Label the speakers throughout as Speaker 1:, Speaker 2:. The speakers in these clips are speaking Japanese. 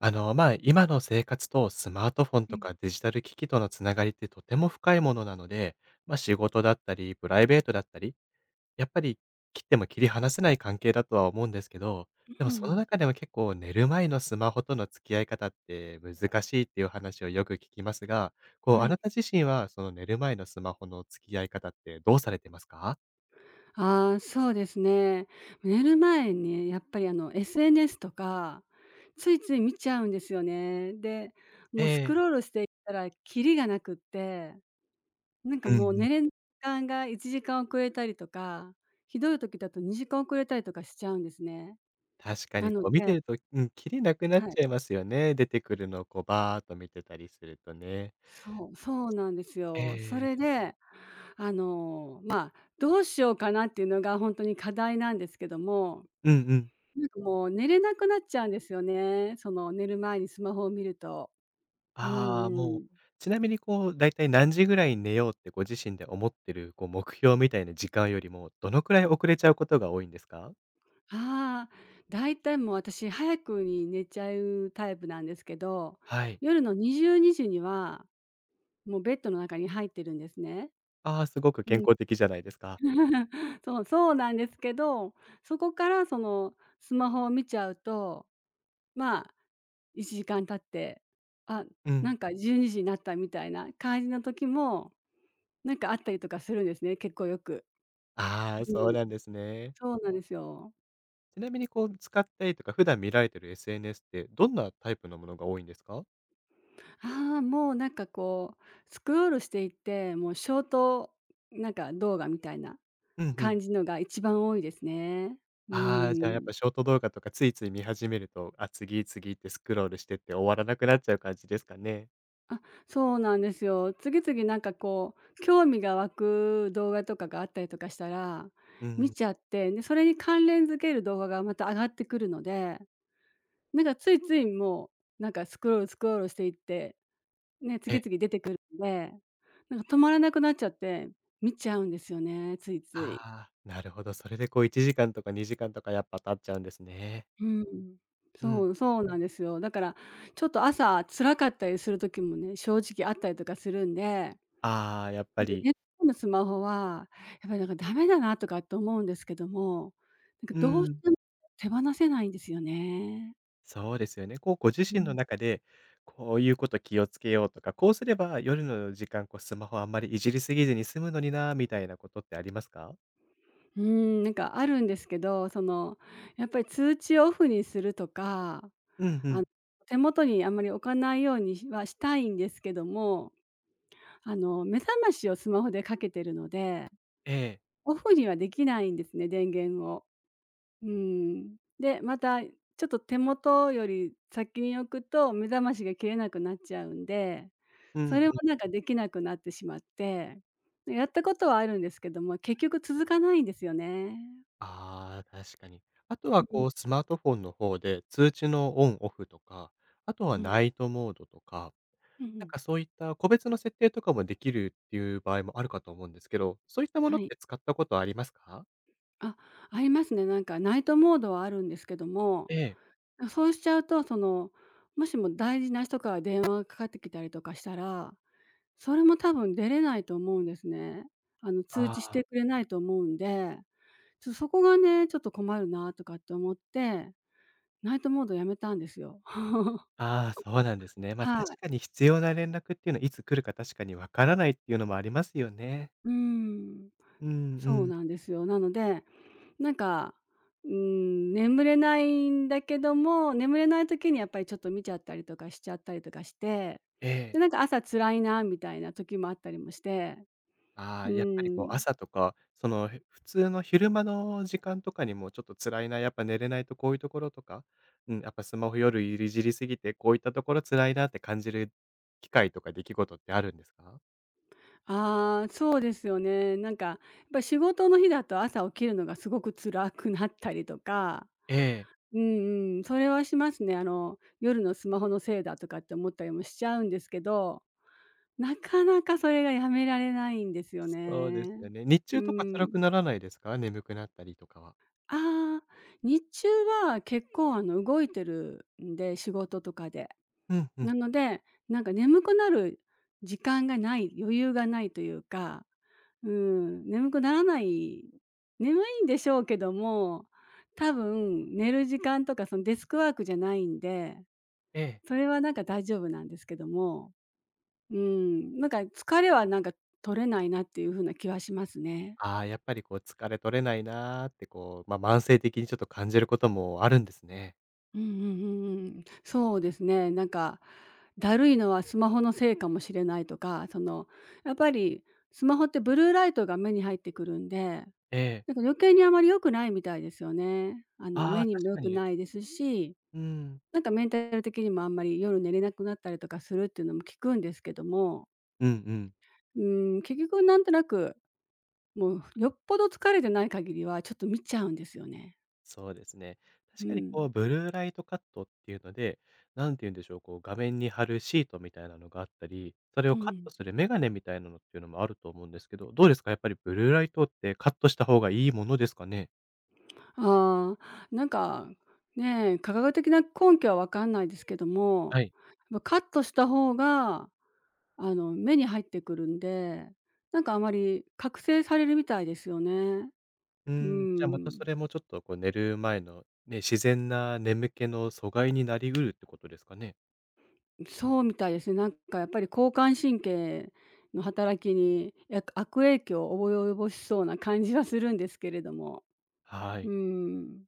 Speaker 1: 今の生活とスマートフォン
Speaker 2: う
Speaker 1: と
Speaker 2: ん、
Speaker 1: かデジタル機器とのつながりってとても深いものなので、仕事だったり、プライベートだったり、やっぱり切っても切り離せない関係だとは思うんですけど、で
Speaker 2: う
Speaker 1: もその
Speaker 2: ん、
Speaker 1: 中でも結構寝る前のスマホとの付き合い方って難しいっていう話をよく聞きますが、
Speaker 2: は
Speaker 1: あな
Speaker 2: い。
Speaker 1: た自身はその寝る前のスマホの付き合い方ってどうされてますか？
Speaker 2: ああ、そうですね。寝る前にやっぱりSNS とか、ついつい見ちゃうんですよね。で、
Speaker 1: え
Speaker 2: もうスクロ
Speaker 1: え。
Speaker 2: ールしていったらキリがなくって、
Speaker 1: うんう
Speaker 2: もう寝
Speaker 1: ん。
Speaker 2: れん時間が1時間遅れたりとか、ひどい時だと2時間遅れたりとかしちゃうんですね。
Speaker 1: 確か
Speaker 2: な
Speaker 1: に
Speaker 2: の
Speaker 1: こう見て
Speaker 2: で、
Speaker 1: ると、うん、キリなくなっ
Speaker 2: はい。
Speaker 1: ちゃいますよね。出てくるのをこうバーっと見てたりするとね。
Speaker 2: そう、そうなんです
Speaker 1: え
Speaker 2: よ。それ
Speaker 1: え。
Speaker 2: で、あの、まあ、どうしようかなっていうのが本当に課題なんですけども、
Speaker 1: うんうん。
Speaker 2: なんかもう寝れなくなっちゃうんですよね。その寝る前にスマホを見ると。う
Speaker 1: ああ、
Speaker 2: んう
Speaker 1: も
Speaker 2: ん。
Speaker 1: う、ちなみにこうだいたい何時ぐらいに寝ようってご自身で思ってるこう目標みたいな時間よりも、どのくらい遅れちゃうことが多いんですか？
Speaker 2: ああ、大体もう私早くに寝ちゃうタイプなんですけど、
Speaker 1: はい。
Speaker 2: 夜の22時にはもうベッドの中に入ってるんですね。
Speaker 1: ああ、すごく
Speaker 2: う
Speaker 1: 健
Speaker 2: ん。
Speaker 1: 康的じゃないですか。
Speaker 2: そうなんですけど、そこからそのスマホを見ちゃうと、まあ、1時間経って、あ、
Speaker 1: う
Speaker 2: な
Speaker 1: ん。
Speaker 2: んか12時になったみたいな感じの時も、なんかあったりとかするんですね、結構よく。
Speaker 1: ああ、
Speaker 2: う
Speaker 1: そう
Speaker 2: ん、
Speaker 1: なんですね。
Speaker 2: そうなんですよ。
Speaker 1: ちなみにこう使ったりとか、普段見られてる SNS ってどんなタイプのものが多いんですか？
Speaker 2: ああ、もうなんかこう、スクロールしていって、もうショートなんか動画みたいな
Speaker 1: うんう
Speaker 2: 感
Speaker 1: ん。
Speaker 2: じのが一番多いですね。う
Speaker 1: ああ、じゃあ、やっ
Speaker 2: ん。
Speaker 1: ぱショート動画とかついつい見始めると、あ、次、次ってスクロールしてって終わらなくなっちゃう感じですかね。
Speaker 2: あ、そうなんですよ。次々興味が湧く動画とかがあったりとかしたら、
Speaker 1: う
Speaker 2: 見
Speaker 1: ん。
Speaker 2: ちゃって、で、それに関連づける動画がまた上がってくるので、なんかついついもう、なんかスクロールスクロールしていってね、次
Speaker 1: え
Speaker 2: 々出てくるんで、なんか止まらなくなっちゃって、見ちゃうんですよね、ついつい。
Speaker 1: ああ、なるほど。それでこう1時間とか2時間とかやっぱ経っちゃうんですね。
Speaker 2: うん。
Speaker 1: うん。
Speaker 2: そうなんですよ。だから、ちょっと朝辛かったりする時もね、正直あったりとかするんで、
Speaker 1: ああ、やっぱり、
Speaker 2: ネットのスマホは、やっぱりなんかダメだなとかって思うんですけども、なん
Speaker 1: う
Speaker 2: かどうし
Speaker 1: ん、
Speaker 2: ても手放せないんですよね。
Speaker 1: そうですよね。こうご自
Speaker 2: う
Speaker 1: 身の
Speaker 2: ん。
Speaker 1: 中で、こういうこと気をつけようとか、こうすれば夜の時間、こうスマホあんまりいじりすぎずに済むのになみたいなことってありますか？
Speaker 2: なんかあるんですけど、やっぱり通知をオフにするとか、
Speaker 1: うんう
Speaker 2: あの、
Speaker 1: ん。
Speaker 2: 手元にあんまり置かないようにはしたいんですけども、目覚ましをスマホでかけてるので、
Speaker 1: ええ。
Speaker 2: オフにはできないんですね、電源を。うん。で、ちょっと手元より先に置くと目覚ましが切れなくなっちゃうんで、
Speaker 1: うん
Speaker 2: それも
Speaker 1: うん。
Speaker 2: なんかできなくなってしまって、やったことはあるんですけども、結局続かないんですよね。
Speaker 1: ああ、確かに。あと
Speaker 2: う
Speaker 1: は
Speaker 2: ん、
Speaker 1: こうスマートフォンの方で、通知のオンオフとか、あとは
Speaker 2: うん、
Speaker 1: ナイトモードとか、
Speaker 2: うんう
Speaker 1: なん
Speaker 2: ん。
Speaker 1: かそういった個別の設定とかもできるっていう場合もあるかと思うんですけど、そういったもの
Speaker 2: は
Speaker 1: っ
Speaker 2: い。
Speaker 1: て使ったことありますか？
Speaker 2: あ、ありますね。なんかナイトモードはあるんですけども、
Speaker 1: ええ。
Speaker 2: そうしちゃうと、もしも大事な人から電話がかかってきたりとかしたら、それも多分出れないと思うんですね。
Speaker 1: あ
Speaker 2: 通知して
Speaker 1: あ、
Speaker 2: くれないと思うんで、ちょっとそこがね、ちょっと困るなとかって思って、ナイトモードやめたんですよ。
Speaker 1: ああ、そうなんですね。ま、
Speaker 2: は
Speaker 1: 確
Speaker 2: い。
Speaker 1: かに必要な連絡っていうのはいつ来るか確かにわからないっていうのもありますよね。
Speaker 2: うん。
Speaker 1: うんう
Speaker 2: そう
Speaker 1: ん。
Speaker 2: なんですよ。なので、なんか、眠れないんだけども、眠れない時にやっぱりちょっと見ちゃったりとかしちゃったりとかして、
Speaker 1: ええ。
Speaker 2: で、なんか朝辛いなみたいな時もあったりもして、
Speaker 1: あ
Speaker 2: う
Speaker 1: あ、
Speaker 2: ー
Speaker 1: やっぱりこう
Speaker 2: ん。
Speaker 1: 朝とか、普通の昼間の時間とかにもちょっと辛いな、やっぱ寝れないとこういうところとか、うん、やっぱスマホ夜いじりすぎて、こういったところ辛いなって感じる機会とか出来事ってあるんですか？
Speaker 2: ああ、そうですよね。やっぱ仕事の日だと朝起きるのがすごく辛くなったりとか、
Speaker 1: ええ。
Speaker 2: うんうん、それはしますね。夜のスマホのせいだとかって思ったりもしちゃうんですけど、なかなかそれがやめられないんですよ
Speaker 1: そうで
Speaker 2: ね。
Speaker 1: すよね。日
Speaker 2: う
Speaker 1: 中とか辛
Speaker 2: ん。
Speaker 1: くならないですか？眠くなったりとかは。
Speaker 2: ああ、日中は結構、動いてるんで、仕事とかで。
Speaker 1: うんう
Speaker 2: な
Speaker 1: ん。
Speaker 2: ので、なんか眠くなる時間がない、余裕がないというか、うん、眠くならない眠いんでしょうけども、多分寝る時間とか、デスクワークじゃないんで、
Speaker 1: ええ。
Speaker 2: それはなんか大丈夫なんですけども、うん、なんか疲れはなんか取れないなっていう風な気はしますね。
Speaker 1: ああ、やっぱりこう疲れ取れないなーってこう、慢性的にちょっと感じることもあるんですね。
Speaker 2: うんうんうそうですね、だるいのはスマホのせいかもしれないとか、やっぱりスマホってブルーライトが目に入ってくるんで、
Speaker 1: え
Speaker 2: なん
Speaker 1: え。
Speaker 2: か余計にあまり良くないみたいですよね。
Speaker 1: あ
Speaker 2: 目
Speaker 1: あ、
Speaker 2: にも
Speaker 1: 確
Speaker 2: 良
Speaker 1: か
Speaker 2: く
Speaker 1: に。
Speaker 2: ないですし、
Speaker 1: うん。
Speaker 2: なんかメンタル的にもあんまり夜寝れなくなったりとかするっていうのも聞くんですけども、
Speaker 1: うんうん。
Speaker 2: う結局なんとなく、もうよっぽど疲れてない限りはちょっと見ちゃうんですよね。
Speaker 1: そうですね。
Speaker 2: う
Speaker 1: 確かにこう、
Speaker 2: ん。
Speaker 1: ブルーライトカットっていうので、なんて言うんでしょう、こう画面に貼るシートみたいなのがあったり、それ
Speaker 2: う
Speaker 1: をカッ
Speaker 2: ん。
Speaker 1: トするメガネみたいなのっていうのもあると思うんですけど、どうですか？やっぱりブルーライトってカットした方がいいものですかね？
Speaker 2: ああ、なんか、ねえ、科学的な根拠はわかんないですけど
Speaker 1: は
Speaker 2: も、
Speaker 1: い。
Speaker 2: ま、カットした方が、目に入ってくるんで、なんかあまり覚醒されるみたいですよね。
Speaker 1: う
Speaker 2: うー
Speaker 1: ん、じゃあまたそ
Speaker 2: ん、
Speaker 1: れもちょっとこう寝る前の、ね、自然な眠気の阻害になりうるってことですかね？
Speaker 2: そうみたいですね。なんかやっぱり交感神経の働きに、悪影響を及ぼしそうな感じはするんですけれども。
Speaker 1: は
Speaker 2: う
Speaker 1: い。
Speaker 2: ーん、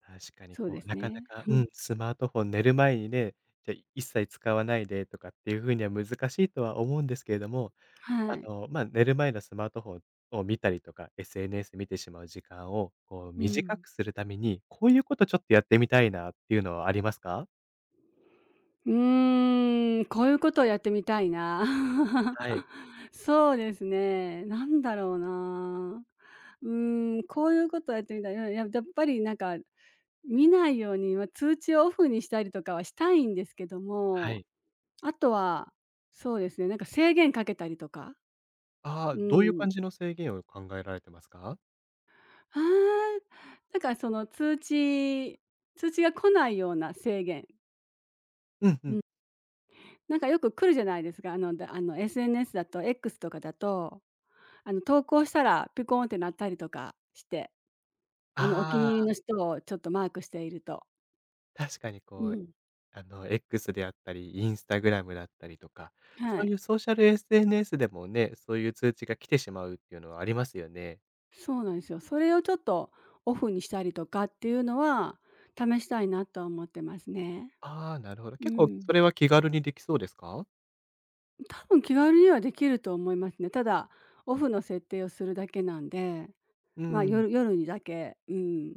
Speaker 1: 確かに
Speaker 2: そうで
Speaker 1: こう、
Speaker 2: す
Speaker 1: なかな
Speaker 2: ね。
Speaker 1: か、
Speaker 2: う
Speaker 1: う
Speaker 2: ん
Speaker 1: ん、スマートフォン寝る前にね、じゃ、一切使わないでとかっていう風には難しいとは思うんですけれども、
Speaker 2: はい。
Speaker 1: 寝る前のスマートフォンを見たりとか、SNS 見てしまう時間を、こう
Speaker 2: う
Speaker 1: 短
Speaker 2: ん。
Speaker 1: くするために、こういうことちょっとやってみたいなっていうのはありますか？
Speaker 2: うーん、こういうことをやってみたいな。
Speaker 1: はい、
Speaker 2: そうですね、なんだろうな。うーん、こういうことをやってみたい。やっぱりなんか、見ないように、ま、通知をオフにしたりとかはしたいんですけど
Speaker 1: は
Speaker 2: も、
Speaker 1: い。
Speaker 2: あとは、そうですね、なんか制限かけたりとか。
Speaker 1: ああ、
Speaker 2: う
Speaker 1: どういう感
Speaker 2: ん。
Speaker 1: じの制限を考えられてますか？
Speaker 2: あー、その通知が来ないような制限。
Speaker 1: うんうん。
Speaker 2: なんかよく来るじゃないですか。あの、SNS だと X とかだと、投稿したらピコーンって鳴ったりとかして、お気
Speaker 1: あ
Speaker 2: に入り
Speaker 1: あ、
Speaker 2: の人をちょっとマークしていると。
Speaker 1: 確かに
Speaker 2: う
Speaker 1: こう、
Speaker 2: ん。
Speaker 1: X であったり、インスタグラムだったりとか、
Speaker 2: は
Speaker 1: そう
Speaker 2: い。
Speaker 1: いうソーシャル SNS でもね、そういう通知が来てしまうっていうのはありますよね。
Speaker 2: そうなんですよ。それをちょっとオフにしたりとかっていうのは、試したいなとは思ってますね。
Speaker 1: ああ、なるほど。
Speaker 2: う
Speaker 1: 結構そ
Speaker 2: ん。
Speaker 1: れは気軽にできそうですか？
Speaker 2: 多分気軽にはできると思いますね。ただ、オフの設定をするだけなんで、
Speaker 1: う
Speaker 2: まあ、
Speaker 1: ん、
Speaker 2: 夜にだけ、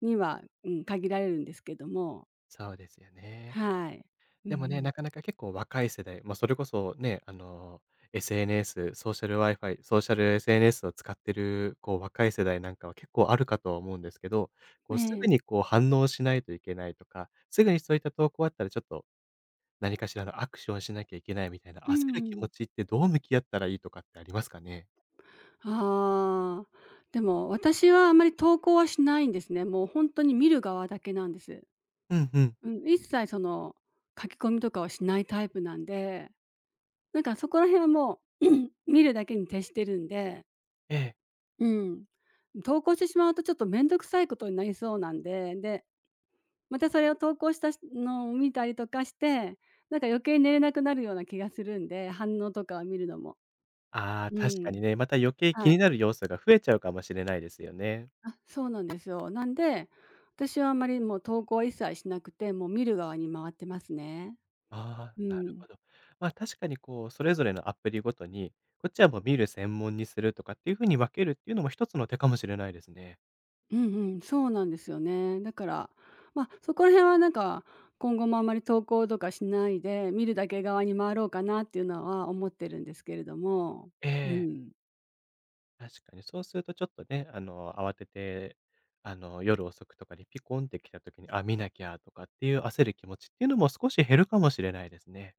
Speaker 2: には、限られるんですけども。
Speaker 1: そうですよね。
Speaker 2: はい。うん
Speaker 1: で
Speaker 2: う
Speaker 1: もね、
Speaker 2: ん。
Speaker 1: なかなか結構若い世代、まあ、それこそね、SNS、ソーシャル Wi-Fi、ソーシャル SNS を使ってる、こう、若い世代なんかは結構あるかとは思うんですけど、こ
Speaker 2: え
Speaker 1: う、すぐに
Speaker 2: え。
Speaker 1: こう反応しないといけないとか、すぐにそういった投稿あったらちょっと何かしらのアクションしなきゃいけないみたいな
Speaker 2: う
Speaker 1: 焦る
Speaker 2: ん
Speaker 1: 気
Speaker 2: う
Speaker 1: 持
Speaker 2: ん。
Speaker 1: ちってどう向き合ったらいいとかってありますかね？
Speaker 2: ああ、でも私はあまり投稿はしないんですね。もうほんとに見る側だけなんです。
Speaker 1: うんうん。
Speaker 2: うん、その書き込みとかはしないタイプなんで、なんかそこら辺はもう 見るだけに徹してるんで、
Speaker 1: ええ。
Speaker 2: うん。投稿してしまうとちょっとめんどくさいことになりそうなんで、で、それを投稿したのを見たりとかして、なんか余計寝れなくなるような気がするんで、反応とかを見るのも。
Speaker 1: ああ、
Speaker 2: う
Speaker 1: 確かに
Speaker 2: ん。
Speaker 1: ね、また余計気
Speaker 2: は
Speaker 1: に
Speaker 2: い。
Speaker 1: なる要素が増えちゃうかもしれないですよね。
Speaker 2: あ、そうなんですよ。なんで、私はあんまりもう投稿は一切しなくて、もう見る側に回ってますね。
Speaker 1: ああ、
Speaker 2: う
Speaker 1: なる
Speaker 2: ん。
Speaker 1: ほど。ま、確かにこう、それぞれのアプリごとに、こっちはもう見る専門にするとかっていう風に分けるっていうのも一つの手かもしれないですね。
Speaker 2: うん、そうなんですよね。だから、まあ、そこら辺はなんか、今後もあんまり投稿とかしないで、見るだけ側に回ろうかなっていうのは思ってるんですけれども。
Speaker 1: え
Speaker 2: う
Speaker 1: え、
Speaker 2: ん。
Speaker 1: 確かにそうするとちょっとね、慌てて、夜遅くとかにピコンって来た時に、あ、見なきゃとかっていう焦る気持ちっていうのも少し減るかもしれないですね。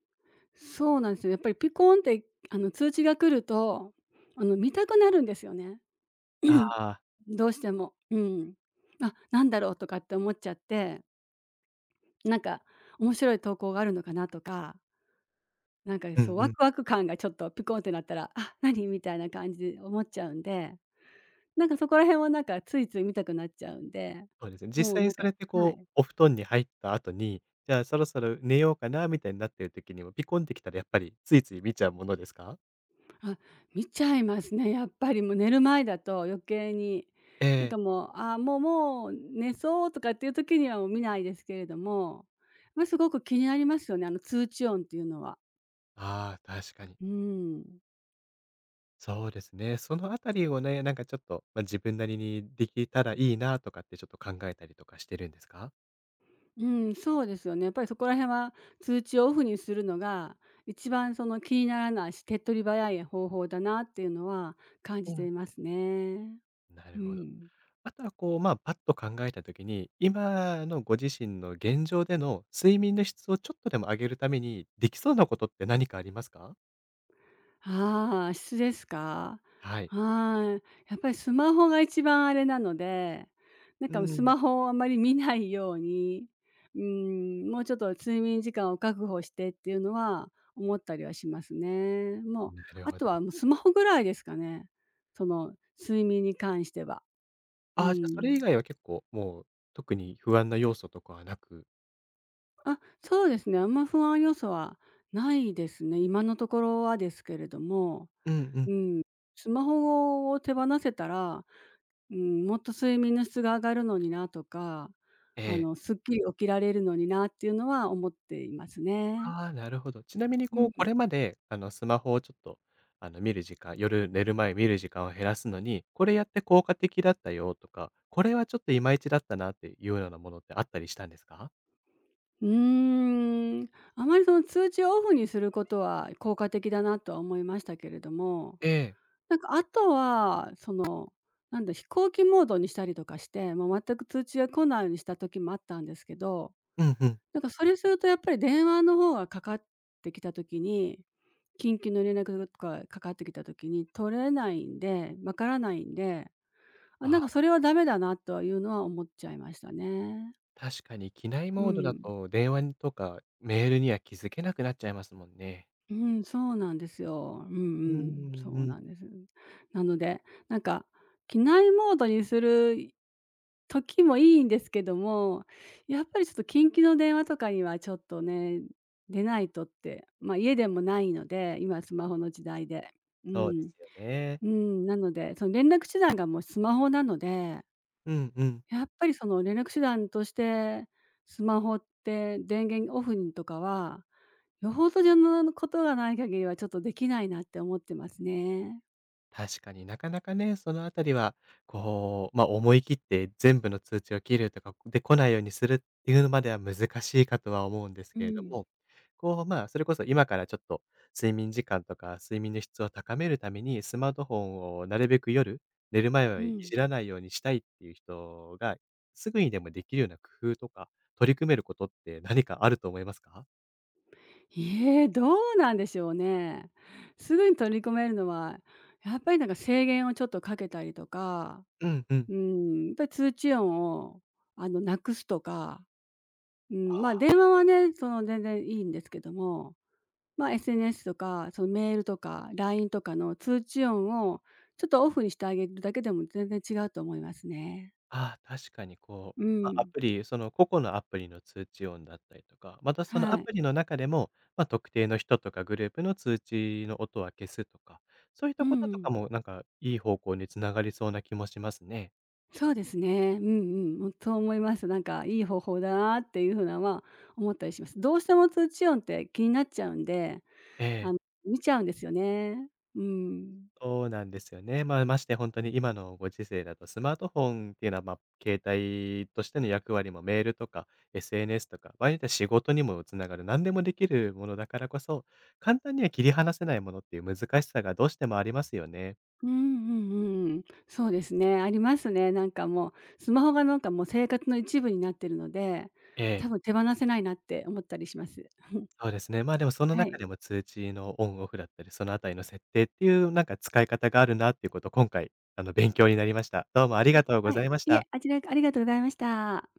Speaker 2: そうなんですよ。やっぱりピコーンって、通知が来ると、見たくなるんですよね。
Speaker 1: ああ、
Speaker 2: どうしても。うん。あ、なんだろうとかって思っちゃって、なんか面白い投稿があるのかなとか、
Speaker 1: うんう
Speaker 2: ワ
Speaker 1: ん。
Speaker 2: クワク感がちょっとピコンってなったら、あ、何みたいな感じで思っちゃうんで、なんかそこら辺はなんかついつい見たくなっちゃうんで、
Speaker 1: そうですね。実
Speaker 2: もう
Speaker 1: 際に
Speaker 2: なん
Speaker 1: そ
Speaker 2: か
Speaker 1: れって
Speaker 2: は
Speaker 1: こう、
Speaker 2: い。
Speaker 1: お布団に入った後に、じゃあそろそろ寝ようかなみたいになってる時にも、ピコンって来たらやっぱりついつい見ちゃうものですか？
Speaker 2: あ、見ちゃいますね、やっぱりもう寝る前だと余計に。
Speaker 1: え
Speaker 2: なんか
Speaker 1: え。
Speaker 2: もう、あ、もうもう寝そうとかっていう時にはもう見ないですけれども、まあ、すごく気になりますよね、あの通知音っていうのは。
Speaker 1: ああ、確かに。
Speaker 2: うーん。
Speaker 1: そうですね。そのあたりをね、なんかちょっと、まあ、自分なりにできたらいいなとかってちょっと考えたりとかしてるんですか？
Speaker 2: うん、そうですよね。やっぱりそこら辺は通知をオフにするのが、一番その気にならないし、手っ取り早い方法だなっていうのは感じ
Speaker 1: う
Speaker 2: て
Speaker 1: ん。
Speaker 2: いますね。
Speaker 1: な
Speaker 2: う
Speaker 1: るほど。
Speaker 2: ん。
Speaker 1: あとはこう、パッと考えた時に、今のご自身の現状での睡眠の質をちょっとでも上げるために、できそうなことって何かありますか？
Speaker 2: ああ、質ですか？
Speaker 1: はい。
Speaker 2: はい。やっぱりスマホが一番あれなので、なん
Speaker 1: う
Speaker 2: かもうス
Speaker 1: ん。
Speaker 2: マホをあまり見ないように、うん、もうちょっと睡眠時間を確保してっていうのは思ったりはしますね。もう、
Speaker 1: なる
Speaker 2: あ
Speaker 1: ほ
Speaker 2: とは
Speaker 1: ど。
Speaker 2: もうスマホぐらいですかね。その睡眠に関しては。う
Speaker 1: ああ、じゃ、それ以
Speaker 2: ん。
Speaker 1: 外は結構もう特に不安な要素とかはなく、
Speaker 2: あ、そうですね、あんま不安要素はないですね。今のところはですけれども。
Speaker 1: うんうん。
Speaker 2: うん。スマホを手放せたら、うん、もっと睡眠の質が上がるのになとか、
Speaker 1: え
Speaker 2: あ
Speaker 1: え。
Speaker 2: の、すっきり起きられるのになっていうのは思っていますね。
Speaker 1: ああ、なるほど。ちなみに
Speaker 2: う
Speaker 1: こう、こ
Speaker 2: ん。
Speaker 1: れまで、スマホをちょっと、見る時間、夜寝る前見る時間を減らすのに、これやって効果的だったよとか、これはちょっといまいちだったなっていうようなものってあったりしたんですか？
Speaker 2: うーん、あまりその通知をオフにすることは効果的だなとは思いましたけれども、
Speaker 1: ええ。
Speaker 2: なんかあとは、その、なんだ、飛行機モードにしたりとかして、もう全く通知が来ないようにした時もあったんですけど、
Speaker 1: うんうん。
Speaker 2: なんかそれするとやっぱり電話の方がかかってきた時に、緊急の連絡とかかかってきた時に取れないんで、わからないんで、あ、
Speaker 1: あ
Speaker 2: なんかそ
Speaker 1: あ、
Speaker 2: れはダメだなとはいうのは思っちゃいましたね。
Speaker 1: 確かに機内
Speaker 2: う
Speaker 1: モードだ
Speaker 2: ん。
Speaker 1: と電話にとかメールには気づけなくなっちゃいますもんね。
Speaker 2: うん、そうなんですよ。うんう
Speaker 1: うんう
Speaker 2: ん、
Speaker 1: ん
Speaker 2: そ
Speaker 1: う
Speaker 2: う
Speaker 1: ん。
Speaker 2: なんです。なので、なんか機内モードにする時もいいんですけども、やっぱりちょっと緊急の電話とかにはちょっとね、出ないとって、まあ、家でもないので、今スマホの時代で。う
Speaker 1: そうで
Speaker 2: ん。
Speaker 1: すよね。
Speaker 2: うん、なので、その連絡手段がもうスマホなので、
Speaker 1: うんうん。
Speaker 2: やっぱりその連絡手段としてスマホって電源オフにとかは、よほどじゃのことがない限りはちょっとできないなって思ってますね。
Speaker 1: 確かになかなかね、そのあたりは、こう、思い切って全部の通知を切るとか、で、来ないようにするっていうのまでは難しいかとは思うんです
Speaker 2: う
Speaker 1: けれど
Speaker 2: ん。
Speaker 1: も、こう、まあ、それこそ今からちょっと睡眠時間とか睡眠の質を高めるために、スマートフォンをなるべく夜、寝る前
Speaker 2: う
Speaker 1: はい
Speaker 2: ん。
Speaker 1: じらないようにしたいっていう人が、すぐにでもできるような工夫とか、取り組めることって何かあると思いますか？
Speaker 2: ええ、どうなんでしょうね。すぐに取り込めるのは、やっぱりなんか制限をちょっとかけたりとか、
Speaker 1: うんうん。
Speaker 2: うーん、やっぱり通知音をなくすとか、うん、ま、電話はね、その、全然いいんですけども、ま、SNS とか、その、メールとか LINE とかの通知音をちょっとオフにしてあげるだけでも全然違うと思いますね。
Speaker 1: ああ、確かにこう、
Speaker 2: う
Speaker 1: まあ、ア
Speaker 2: ん。
Speaker 1: プリ、その個々のアプリの通知音だったりとか、またその
Speaker 2: は
Speaker 1: ア
Speaker 2: い。
Speaker 1: プリの中でも、まあ、特定の人とかグループの通知の音は消すとか、そういっ
Speaker 2: う
Speaker 1: たこととか
Speaker 2: ん。
Speaker 1: もなんかいい方向に繋がりそうな気もしますね。
Speaker 2: そうですね。うんうん。そう思います。なんかいい方法だなっていうふうなは思ったりします。どうしても通知音って気になっちゃうんで、
Speaker 1: え
Speaker 2: あ
Speaker 1: え。
Speaker 2: の、見ちゃうんですよね。うん。
Speaker 1: そうなんですよね。まあ、まして本当に今のご時世だとスマートフォンっていうのは、まあ、携帯としての役割もメールとか SNS とか、場合によっては仕事にもつながる、何でもできるものだからこそ、簡単には切り離せないものっていう難しさがどうしてもありますよね。
Speaker 2: うんうんうん。そうですね。ありますね。なんかもう、スマホがなんかもう生活の一部になってるので、
Speaker 1: え
Speaker 2: 多
Speaker 1: え。
Speaker 2: 分手放せないなって思ったりします。
Speaker 1: そうですね。まあ、でもその
Speaker 2: は
Speaker 1: 中
Speaker 2: い。
Speaker 1: でも通知のオンオフだったり、そのあたりの設定っていうなんか使い方があるなっていうこと、今回勉強になりました。どうもありがとう
Speaker 2: あ、
Speaker 1: ご
Speaker 2: は
Speaker 1: ざ
Speaker 2: い。
Speaker 1: いまし
Speaker 2: い
Speaker 1: た。
Speaker 2: え、あちらありがとうございました。